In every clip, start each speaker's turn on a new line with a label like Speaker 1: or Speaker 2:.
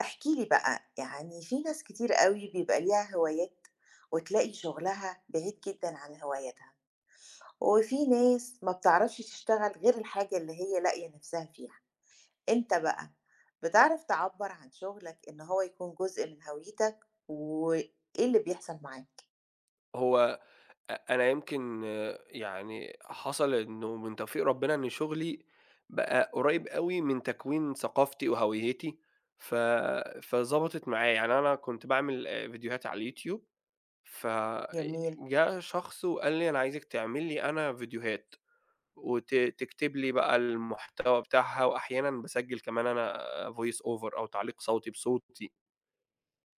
Speaker 1: احكِ لي بقى، يعني في ناس كتير أوي بيبقى ليها هوايات وتلاقي شغلها بعيد جدًا عن هواياتها، وفي ناس ما بتعرفش تشتغل غير الحاجة اللي هي لاقية نفسها فيها، أنت بقى بتعرف تعبّر عن شغلك إن هو يكون جزء من هويتك، وإيه اللي بيحصل معاك؟
Speaker 2: هو أنا يمكن يعني حصل إنه من توفيق ربنا إن شغلي بقى قريب أوي من تكوين ثقافتي وهويتي. ف فضبطت معايا. يعني أنا كنت باعمل فيديوهات على اليوتيوب.
Speaker 1: جميل،
Speaker 2: فجه شخص وقال لي: "أنا عايزِك تعمل لي أنا فيديوهات وت تكتب لي بقى المحتوى بتاعها." وأحيانًا باسجل كمان أنا voice over أو تعليق صوتي بصوتي.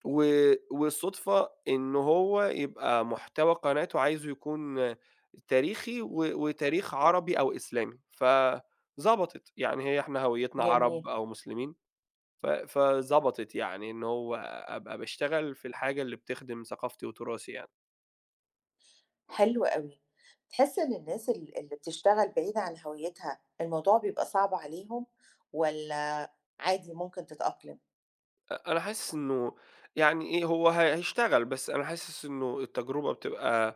Speaker 2: و والصدفة إن هو يبقى محتوى قناته عايزه يكون تاريخي وتاريخ عربي أو إسلامي، فضبطت، يعني هي إحنا هويتنا
Speaker 1: جميل،
Speaker 2: عرب أو مسلمين. فضبطت يعني إن هو أبقى باشتغل في الحاجة اللي بتخدم ثقافتي وتراثي يعني.
Speaker 1: حلو أوي. تحس إن الناس اللي بتشتغل بعيد عن هويتها الموضوع بيبقى صعب عليهم والّا عادي ممكن تتأقلم؟
Speaker 2: أنا حاسس إنه يعني إيه، هي هيشتغل، بس أنا حاسس إنه التجربة بتبقى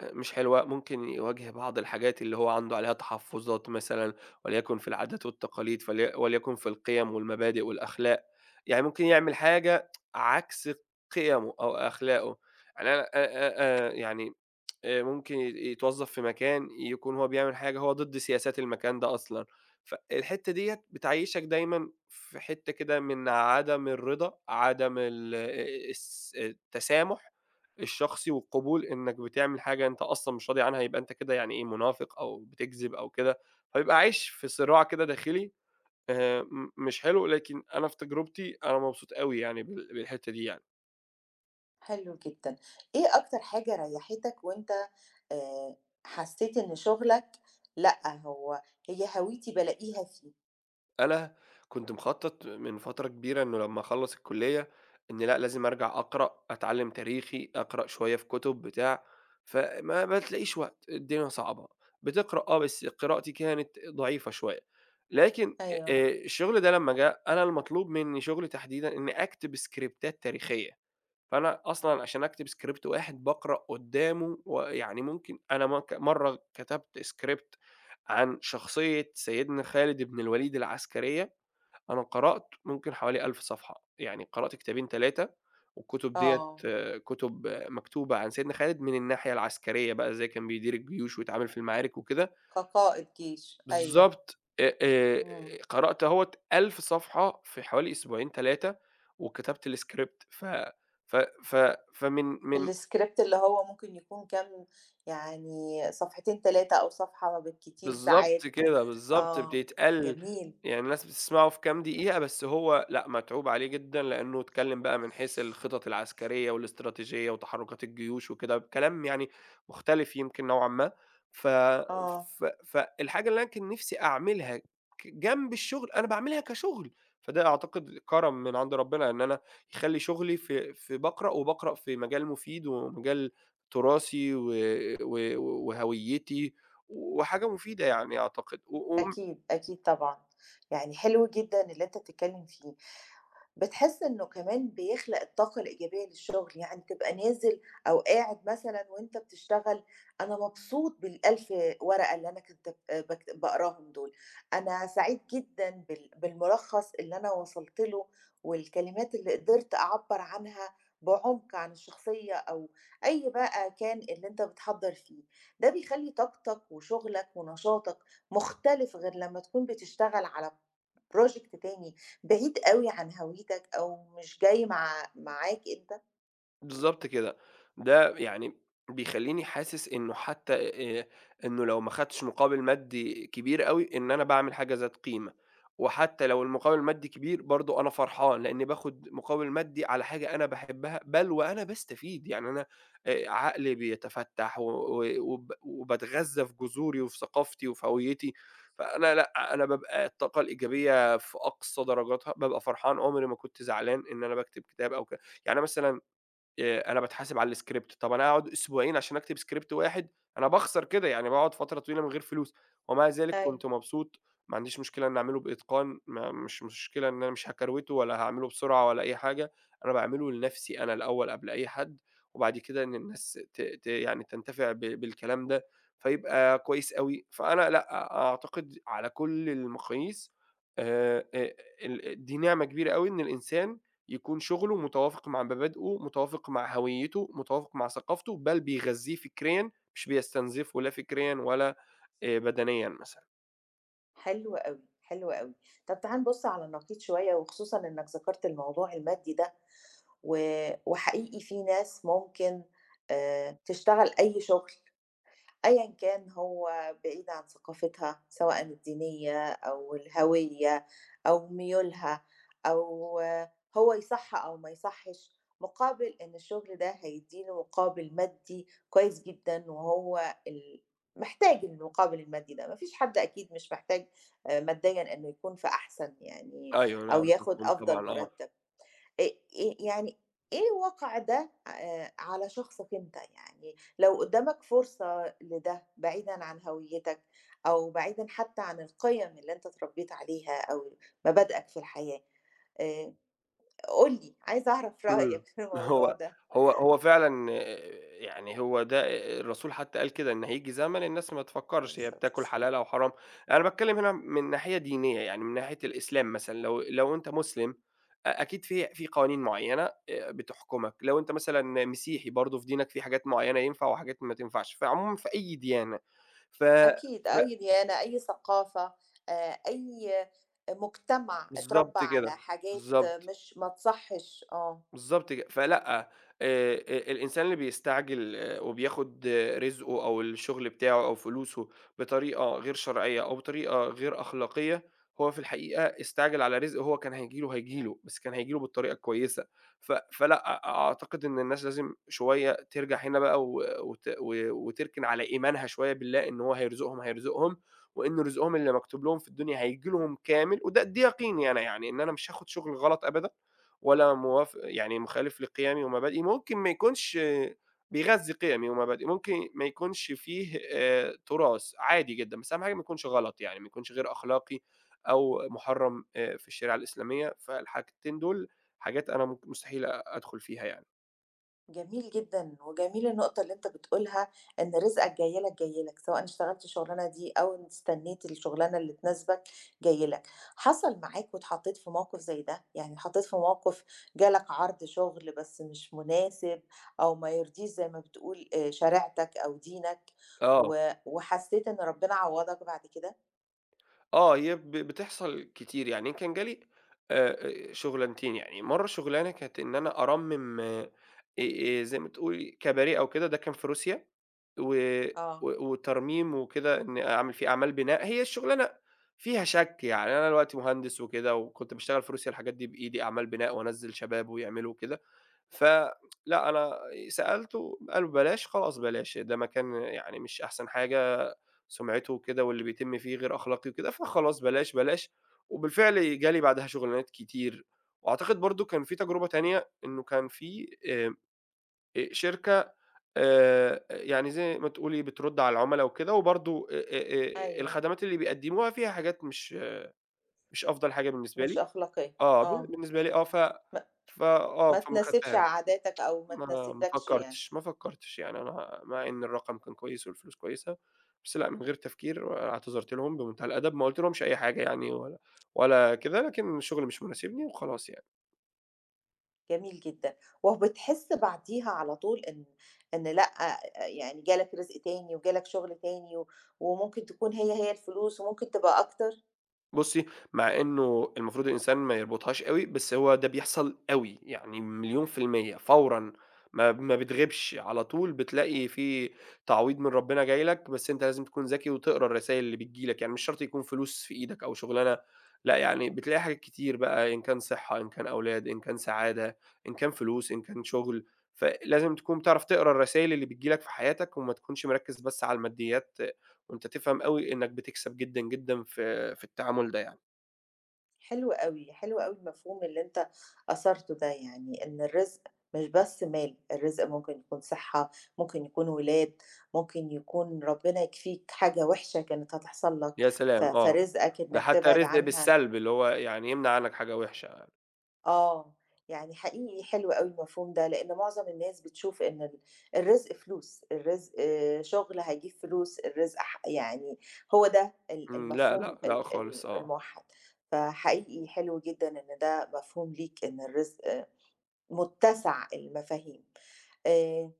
Speaker 2: مش حلوة، ممكن يواجه بعض الحاجات اللي هو عنده عليها تحفُّظات مثلًا وليكن في العادات والتقاليد وليكن في القِيَم والمبادئ والأخلاق، يعني ممكن يعمل حاجة عكس قِيَمه أو أخلاقه. يعني أنا أ أ أ يعني ممكن يتوظّف في مكان يكون هو بيعمل حاجة هو ضد سياسات المكان ده أصلًا. فالحتّة ديّة بتعيّشك دايمًا في حتّة كده من عدم الرضا، عدم ال الس التسامح الشخصي والقبول إنّك بتعمل حاجة أنت أصلًا مش راضي عنها، يبقى أنت كده يعني إيه، منافق أو بتكذب أو كده، فبيبقى عايش في صراع كده داخلي م مش حلو. لكن أنا في تجربتي أنا مبسوط أوي يعني بالحتّة دي يعني.
Speaker 1: حلو جدًا. إيه أكتر حاجة ريّحتك وأنت آآ حسّيت إن شُغلك لأ، هي هويتي بالاقيها فيه؟
Speaker 2: أنا كنت مخطط من فترة كبيرة إنه لمّا أخلّص الكلية، إن لأ لازم أرجع أقرأ، أتعلّم تاريخي، أقرأ شوية في كُتب بتاع، فما بتلاقيش وقت، الدنيا صعبة، بتقرأ آه، بس قراءتي كانت ضعيفة شوية. لكن
Speaker 1: أيوه.
Speaker 2: الشغل ده لمّا جه أنا المطلوب مني شغلي تحديدًا إني أكتب سكريبتات تاريخية. فأنا أصلًا عشان أكتب script واحد باقرأ قدّامه ويعني ممكن أنا مرّة كتبت script عن شخصية سيدنا خالد بن الوليد العسكرية. أنا قرأت ممكن حوالي 1000 صفحة، يعني قرأت كتابين 3 والكتب ديّة
Speaker 1: آه.
Speaker 2: كتب آه، مكتوبة عن سيدنا خالد من الناحية العسكرية بقى، إزاي كان بيدير الجيوش ويتعامل في المعارك وكده.
Speaker 1: كقائد جيش. أيوه.
Speaker 2: بالضبط.
Speaker 1: إمم.
Speaker 2: قرأت أهوّة 1000 صفحة في حوالي أسبوعين 3 وكتبت الscript. ف ف ف فمن من
Speaker 1: الscript اللي هو ممكن يكون كام يعني صفحتين، 3 أو صفحة بالكتير
Speaker 2: بالضبط
Speaker 1: ساعات.
Speaker 2: كده، بالضبط،
Speaker 1: آه.
Speaker 2: بيتقال
Speaker 1: جميل.
Speaker 2: يعني الناس بتسمعه في كام دقيقة، بس هو لأ، متعوب عليه جدًا، لإنه اتكلّم بقى من حيث الخطط العسكرية والاستراتيجية وتحرُّكات الجيوش وكده، بكلام يعني مختلف يمكن نوعًا ما. ف
Speaker 1: آه.
Speaker 2: ف فالحاجة اللي أنا كان نِفْسي أعملها جنب الشُغل، أنا باعملها كشُغل، فده أعتقد كَرَم من عند ربنا إن أنا يخلّي شُغلي في في باقرأ وباقرأ في مجال مفيد ومجال تراثي و و وهويّتي وحاجة مفيدة يعني أعتقد. و وم
Speaker 1: أكيد، أكيد طبعًا. يعني حلو جدًا اللي أنت بتتكلّم فيه. بتحس إنه كمان بيخلق الطاقة الإيجابية للشغل، يعني تبقى نازل أو قاعد مثلًا وأنت بتشتغل، أنا مبسوط بال1000 ورقة اللي أنا كنت ب باك باقراهم دول، أنا سعيد جدًا بالملخص اللي أنا وصلت له، والكلمات اللي قدرت أعبّر عنها بعمق عن الشخصية أو أي بقى كان اللي أنت بتحضّر فيه، ده بيخلّي طاقتك وشغلك ونشاطك مختلف غير لمّا تكون بتشتغل على project تاني بعيد أوي عن هويتك أو مش جاي معاك أنت.
Speaker 2: بالضبط كده. ده يعني بيخلّيني حاسس إنه حتى آآ إنه لو ما خدتش مقابل مادي كبير أوي، إن أنا باعمل حاجة ذات قيمة. وحتى لو المقابل المادي كبير، برضه أنا فرحان، لإني باخد مقابل مادي على حاجة أنا باحبها، بل وأنا باستفيد. يعني أنا عقلي بيتفتّح و و وب وباتغذّى في جذوري وفي ثقافتي وفي هويتي. فأنا لأ، أنا بابقى الطاقة الإيجابية في أقصى درجاتها، بابقى فرحان، عمري ما كنت زعلان إن أنا باكتب كتاب أو ك يعني أنا مثلًا أنا باتحاسب على الscript. طب أنا هاقعد أسبوعين عشان أكتب script واحد! أنا باخسر كده، يعني باقعد فترة طويلة من غير فلوس، ومع ذلك
Speaker 1: أيوه.
Speaker 2: كنت مبسوط. ما عنديش مشكلة إني أعمله بإتقان، ما مش مشكلة إن أنا مش هاكروته ولا هاعمله بسرعة ولا أي حاجة. أنا باعمله لنفسي أنا الأول قبل أي حد، وبعد كده إن الناس ت ت يعني تنتفع بالكلام ده، فيبقى كويس أوي. فأنا لأ، أعتقد على كل المقاييس آآ آآ ال دي نعمة كبيرة أوي إن الإنسان يكون شغله متوافق مع مبادئه، متوافق مع هويته، متوافق مع ثقافته، بل بيغذّيه فكريًا، مش بيستنزفه لا فكريًا ولا بدنيًا مثلًا.
Speaker 1: حلو أوي، حلو أوي. طَب تعالَ نبُص على النقيض شوية وخصوصًا إنك ذكرت الموضوع المادي ده، و وحقيقي في ناس ممكن تشتغل أي شغل أيًا كان هو بعيد عن ثقافتها، سواءً الدينية أو الهوية أو ميولها أو هو يصح أو ما يصحش، مقابل إن الشغل ده هيدّي له مقابل مادي كويس جدًا، وهو محتاج المقابل المادي ده، ما فيش حد أكيد مش محتاج ماديًا إنه يكون في أحسن يعني
Speaker 2: أيوه،
Speaker 1: أو
Speaker 2: نعم،
Speaker 1: ياخد
Speaker 2: مفهوم
Speaker 1: أفضل
Speaker 2: طبعًا، آه.
Speaker 1: مرتب. أ أ يعني إيه وقع ده على شخصك أنت؟ يعني لو قدّامك فرصة لده بعيدًا عن هويتك أو بعيدًا حتى عن القِيَم اللي أنت اتربّيت عليها أو مبادئك في الحياة، آآ قُل لي، عايزة أعرف
Speaker 2: إمم.
Speaker 1: رأيك في الموضوع
Speaker 2: هو
Speaker 1: ده.
Speaker 2: هو فعلًا يعني هو ده الرسول حتّى قال كده، إن هييجي زمن الناس ما
Speaker 1: عليه
Speaker 2: تفكّرش هي
Speaker 1: الصلاة
Speaker 2: بتاكل
Speaker 1: والسلام.
Speaker 2: حلال أو حرام. أنا باتكلّم هنا من ناحية دينية، يعني من ناحية الإسلام مثلًا لو أنت مسلم أكيد في قوانين معيّنة بتحكمك، لو أنت مثلًا مسيحي برضه في دينك في حاجات معيّنة ينفع وحاجات ما تنفعش، فعمومًا في أي ديانة. ف
Speaker 1: أكيد،
Speaker 2: ف
Speaker 1: أي ديانة، أي ثقافة، أي مجتمع اتربّى
Speaker 2: بالضبط
Speaker 1: على
Speaker 2: كده،
Speaker 1: حاجات
Speaker 2: بالضبط.
Speaker 1: مش ما تصحّش، آه.
Speaker 2: بالضبط ك فلأ، آآ الإنسان اللي بيستعجل آه، وبياخد آه، رزقه أو الشغل بتاعه أو فلوسه بطريقة غير شرعية أو بطريقة غير أخلاقية، هو في الحقيقة استعجل على رزق هو كان هييجي له هييجي له، بس كان هييجي له بالطريقة الكويسة. فلأ، أعتقد إن الناس لازم شوية ترجع هنا بقى و وت و وتركن على إيمانها شوية بالله إن هو هيرزقهم، هيرزقهم، وإن رزقهم اللي مكتوب لهم في الدنيا هييجي لهم كامل، وده يقيني أنا يعني إن أنا مش هاخد شغل غلط أبدًا ولا موافق يعني مخالف لقيمي ومبادئي، ممكن ما يكونش آه، بيغذّي قيمي ومبادئي، ممكن ما يكونش فيه تراث، عادي جدًا، بس أهم حاجة ما يكونش غلط يعني، ما يكونش غير أخلاقي أو مُحرّم في الشريعة الإسلامية، فالحاجتين دول حاجات أنا مستحيل أدخل فيها يعني.
Speaker 1: جميل جدًا، وجميل النقطة اللي أنت بتقولها إن رزقك جاي لك، جاي لك، سواء اشتغلت الشغلانة دي أو إن استنيت الشغلانة اللي تناسبك جاي لك. حصل معاك واتحطيت في موقف زي ده؟ يعني اتحطيت في موقف جالك عرض شغل بس مش مناسب أو ما يرضيش زي ما بتقول شريعتك أو دينك
Speaker 2: آه.
Speaker 1: و وحسيت إن ربنا عوّضك بعد كده؟
Speaker 2: آه، هي بتحصل كتير، يعني كان جالي شُغلانتين يعني، مرّة شُغلانة كانت إن أنا أرمِّم زي ما تقولي كباريه أو كده، ده كان في روسيا و و
Speaker 1: آه،
Speaker 2: وترميم وكده، إن أعمل فيه أعمال بناء، هي الشُغلانة فيها شَك يعني، أنا دلوقتي مهندس وكده وكنت باشتغل في روسيا الحاجات دي بإيدي، أعمال بناء وأنزِّل شباب ويعملوا وكده. ف لأ، أنا سألته قالوا: "بلاش." خلاص بلاش، ده مكان يعني مش أحسن حاجة سُمعته وكده واللي بيتم فيه غير أخلاقي وكده، فخلاص بلاش، بلاش، وبالفعل جه لي بعدها شُغلانات كتير. وأعتقد برضه كان في تجربة تانية إنه كان في آمم، شركة يعني زي ما تقولي بترُد على العُملا وكده، وبرضه
Speaker 1: أيوه،
Speaker 2: الخدمات اللي بيقدموها فيها حاجات مش أفضل حاجة بالنسبة
Speaker 1: مش
Speaker 2: لي،
Speaker 1: أخلاقية،
Speaker 2: آه،
Speaker 1: آه،
Speaker 2: بالنسبة لي آه. ف
Speaker 1: ما
Speaker 2: ف آه،
Speaker 1: ما
Speaker 2: فما
Speaker 1: تناسبش
Speaker 2: خدتهاش.
Speaker 1: عاداتك أو ما
Speaker 2: ما ما
Speaker 1: تناسبكش يعني.
Speaker 2: فكّرتش، ما فكّرتش، يعني أنا مع إن الرقم كان كويس والفلوس كويسة، بس لأ من غير تفكير اعتذرت لهم بمنتهى الأدب، ما قُلت لهمش أي حاجة يعني ولا كده، لكن الشغل مش مناسبني وخلاص يعني.
Speaker 1: جميل جدًا، وبتحس بعديها على طول إن لأ، يعني جالك رزق تاني وجالك شغل تاني وممكن تكون هي الفلوس وممكن تبقى أكتر؟
Speaker 2: بُصّي، مع إنه المفروض الإنسان ما يربطهاش أوي، بس هو ده بيحصل أوي، يعني مليون% في المية فورًا، ما بتغيبش، على طول بتلاقي في تعويض من ربنا جاي لك، بس أنت لازم تكون ذكي وتقرا الرسايل اللي بتيجي لك، يعني مش شرط يكون فلوس في إيدك أو شغلانة، لأ يعني بتلاقي حاجات كتير بقى إن كان صحة، إن كان أولاد، إن كان سعادة، إن كان فلوس، إن كان شغل، فلازم تكون بتعرف تقرا الرسايل اللي بتيجي لك في حياتك، وما تكونش مركّز بس على الماديات، وأنت تفهم أوي إنك بتكسب جدًا، جدًا في التعامل ده يعني.
Speaker 1: حلو أوي، حلو أوي المفهوم اللي أنت أثرته ده، يعني إن الرزق مش بس مال، الرزق ممكن يكون صحة، ممكن يكون ولاد، ممكن يكون ربنا يكفيك حاجة وحشة كانت هتحصل لك،
Speaker 2: يا
Speaker 1: ف
Speaker 2: سلام! آه،
Speaker 1: فرزقك
Speaker 2: ده
Speaker 1: إنك
Speaker 2: حتى
Speaker 1: تبعد
Speaker 2: رزق
Speaker 1: عنها.
Speaker 2: بالسلب، اللي هو يعني يمنع عنك حاجة وحشة.
Speaker 1: آه، يعني حقيقي حلو أوي المفهوم ده، لإن معظم الناس بتشوف إن الرزق فلوس، الرزق آه، شغل هيجيب فلوس، الرزق يعني هو ده ال
Speaker 2: إمم، لأ، لأ،
Speaker 1: المفهوم
Speaker 2: لأ
Speaker 1: ال
Speaker 2: خالص
Speaker 1: ال
Speaker 2: آه.
Speaker 1: الموحّد، فحقيقي حلو جدًا إن ده مفهوم ليك إن الرزق آه، متسع المفاهيم. آآ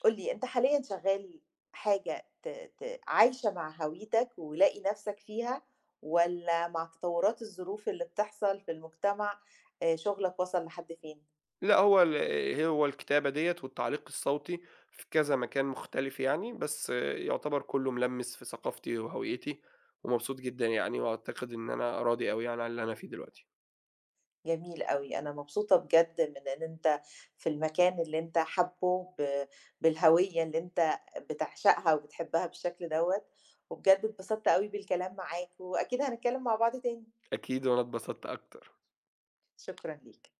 Speaker 1: قُل لي أنت حاليًا شغّال حاجة ت ت عايشة مع هويتك ولاقي نَفْسك فيها، والّا مع تطوّرات الظروف اللي بتحصل في المجتمع شُغلك وصل لحد فين؟
Speaker 2: لأ، هو الكتابة ديّة والتعليق الصوتي في كذا مكان مختلف يعني، بس يعتبر كلّه ملمِّس في ثقافتي وهويتي، ومبسوط جدًا يعني، وأعتقد إن أنا راضي أوي يعني عن اللي أنا فيه دلوقتي.
Speaker 1: جميل أوي، أنا مبسوطة بجد من إن أنت في المكان اللي أنت حابّه بالهوية اللي أنت بتعشقها وبتحبها بالشكل دوّة، وبجد اتبسطت أوي بالكلام معاك، وأكيد هنتكلّم مع بعض تاني،
Speaker 2: أكيد، وأنا اتبسطت أكتر.
Speaker 1: شكرًا ليك.